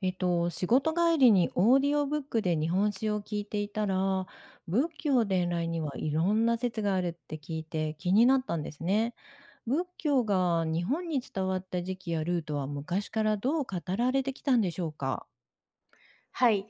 仕事帰りにオーディオブックで日本史を聞いていたら、仏教伝来にはいろんな説があるって聞いて気になったんですね。仏教が日本に伝わった時期やルートは昔からどう語られてきたんでしょうか？はい。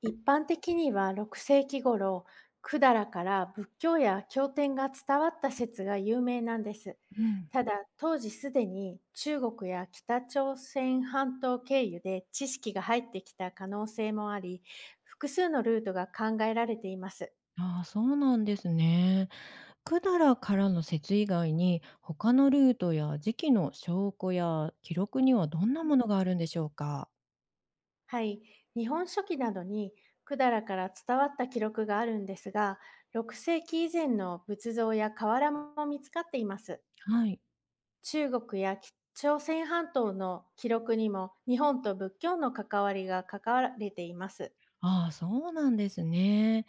一般的には6世紀頃、百済から仏教や経典が伝わった説が有名なんです。うん、ただ、当時すでに中国や北朝鮮半島経由で知識が入ってきた可能性もあり、複数のルートが考えられています。ああ、そうなんですね。百済からの説以外に、他のルートや時期の証拠や記録にはどんなものがあるんでしょうか？はい。日本書紀などに百済から伝わった記録があるんですが、6世紀以前の仏像や瓦も見つかっています。はい。中国や朝鮮半島の記録にも日本と仏教の関わりが書かれています。ああ、そうなんですね。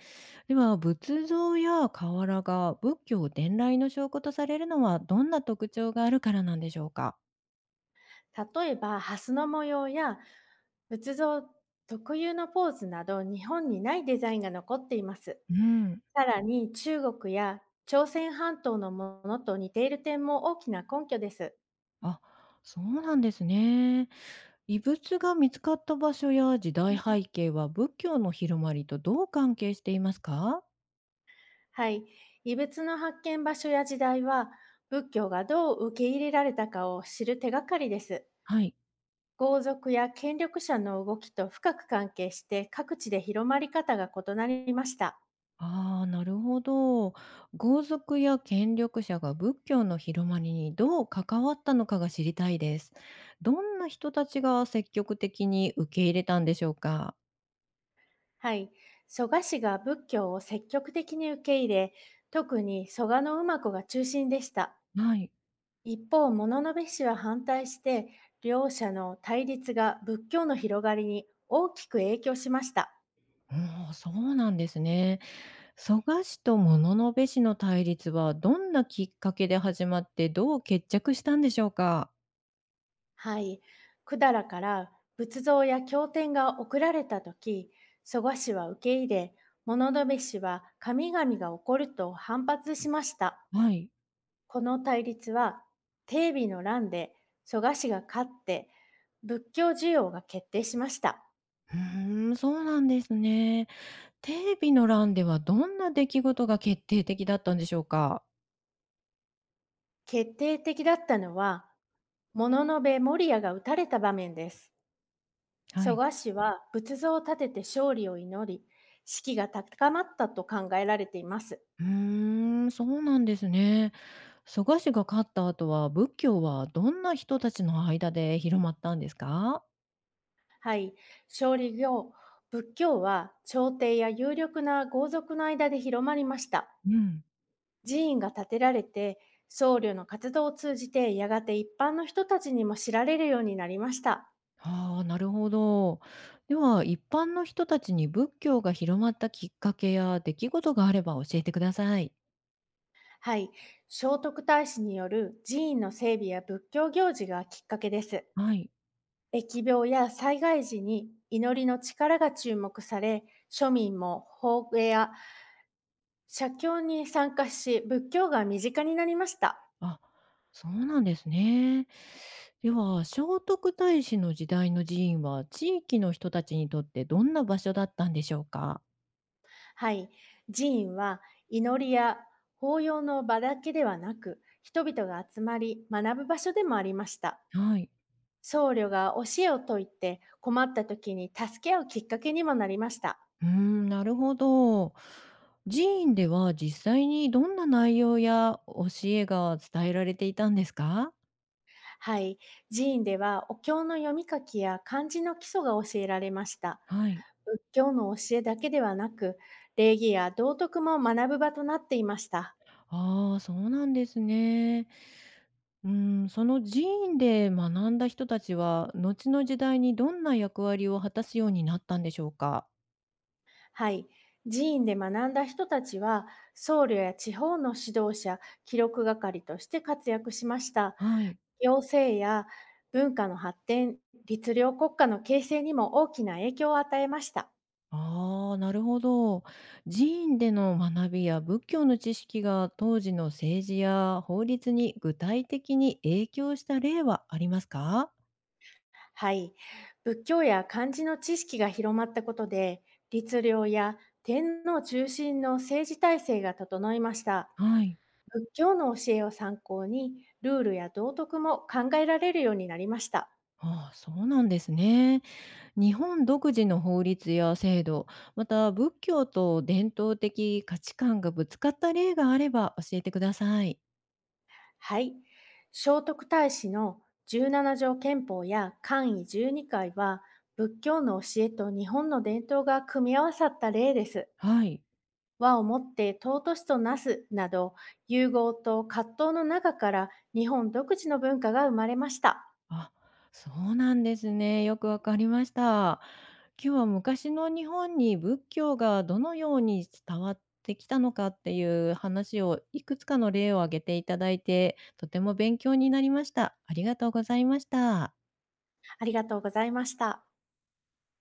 では、仏像や瓦が仏教伝来の証拠とされるのはどんな特徴があるからなんでしょうか？例えば、蓮の模様や仏像特有のポーズなど日本にないデザインが残っています。うん、さらに中国や朝鮮半島のものと似ている点も大きな根拠です。あ、そうなんですね。遺物が見つかった場所や時代背景は仏教の広まりとどう関係していますか？はい。異物の発見場所や時代は仏教がどう受け入れられたかを知る手がかりです。はい。豪族や権力者の動きと深く関係して各地で広まり方が異なりました。ああ、なるほど。豪族や権力者が仏教の広まりにどう関わったのかが知りたいです。どんな人たちが積極的に受け入れたんでしょうか？はい。蘇我氏が仏教を積極的に受け入れ、特に蘇我の馬子が中心でした。はい。一方、物部氏は反対して、両者の対立が仏教の広がりに大きく影響しました。もうそうなんですね。蘇我氏と物部氏の対立はどんなきっかけで始まってどう決着したんでしょうか？はい。百済から仏像や経典が送られたとき、蘇我氏は受け入れ、物部氏は神々が起こると反発しました。はい。この対立は、定備の乱で蘇我氏が勝って、仏教需要が決定しました。うーん、そうなんですね。テレビの欄ではどんな出来事が決定的だったんでしょうか？決定的だったのは、物部守屋が撃たれた場面です。は蘇い。我氏は仏像を建てて勝利を祈り、士気が高まったと考えられています。うーん、そうなんですね。蘇我氏が勝った後は、仏教はどんな人たちの間で広まったんですか？はい。勝利業、仏教は朝廷や有力な豪族の間で広まりました。うん。寺院が建てられて、僧侶の活動を通じてやがて一般の人たちにも知られるようになりました。ああ、なるほど。では、一般の人たちに仏教が広まったきっかけや出来事があれば教えてください。はい。聖徳太子による寺院の整備や仏教行事がきっかけです。はい。疫病や災害時に祈りの力が注目され、庶民も法会や写経に参加し、仏教が身近になりました。あ、そうなんですね。では、聖徳太子の時代の寺院は、地域の人たちにとってどんな場所だったんでしょうか？はい。寺院は祈りや法要の場だけではなく、人々が集まり学ぶ場所でもありました。はい。僧侶が教えを説いて困った時に助け合うきっかけにもなりました。うーん、なるほど。寺院では実際にどんな内容や教えが伝えられていたんですか？はい。寺院ではお経の読み書きや漢字の基礎が教えられました。はい。仏教の教えだけではなく、礼儀や道徳も学ぶ場となっていました。ああ、そうなんですね。うん、その寺院で学んだ人たちは、後の時代にどんな役割を果たすようになったんでしょうか？はい。寺院で学んだ人たちは、僧侶や地方の指導者、記録係として活躍しました。はい。行政や文化の発展、律令国家の形成にも大きな影響を与えました。ああ、なるほど。寺院での学びや仏教の知識が当時の政治や法律に具体的に影響した例はありますか？はい。仏教や漢字の知識が広まったことで、律令や天皇中心の政治体制が整いました。はい。仏教の教えを参考に、ルールや道徳も考えられるようになりました。ああ、そうなんですね。日本独自の法律や制度、また仏教と伝統的価値観がぶつかった例があれば教えてください。はい。聖徳太子の十七条憲法や簡位十二回は、仏教の教えと日本の伝統が組み合わさった例です。はい。和をもって尊しとなすなど、融合と葛藤の中から日本独自の文化が生まれました。あ、そうなんですね。よくわかりました。今日は昔の日本に仏教がどのように伝わってきたのかっていう話をいくつかの例を挙げていただいて、とても勉強になりました。ありがとうございました。ありがとうございました。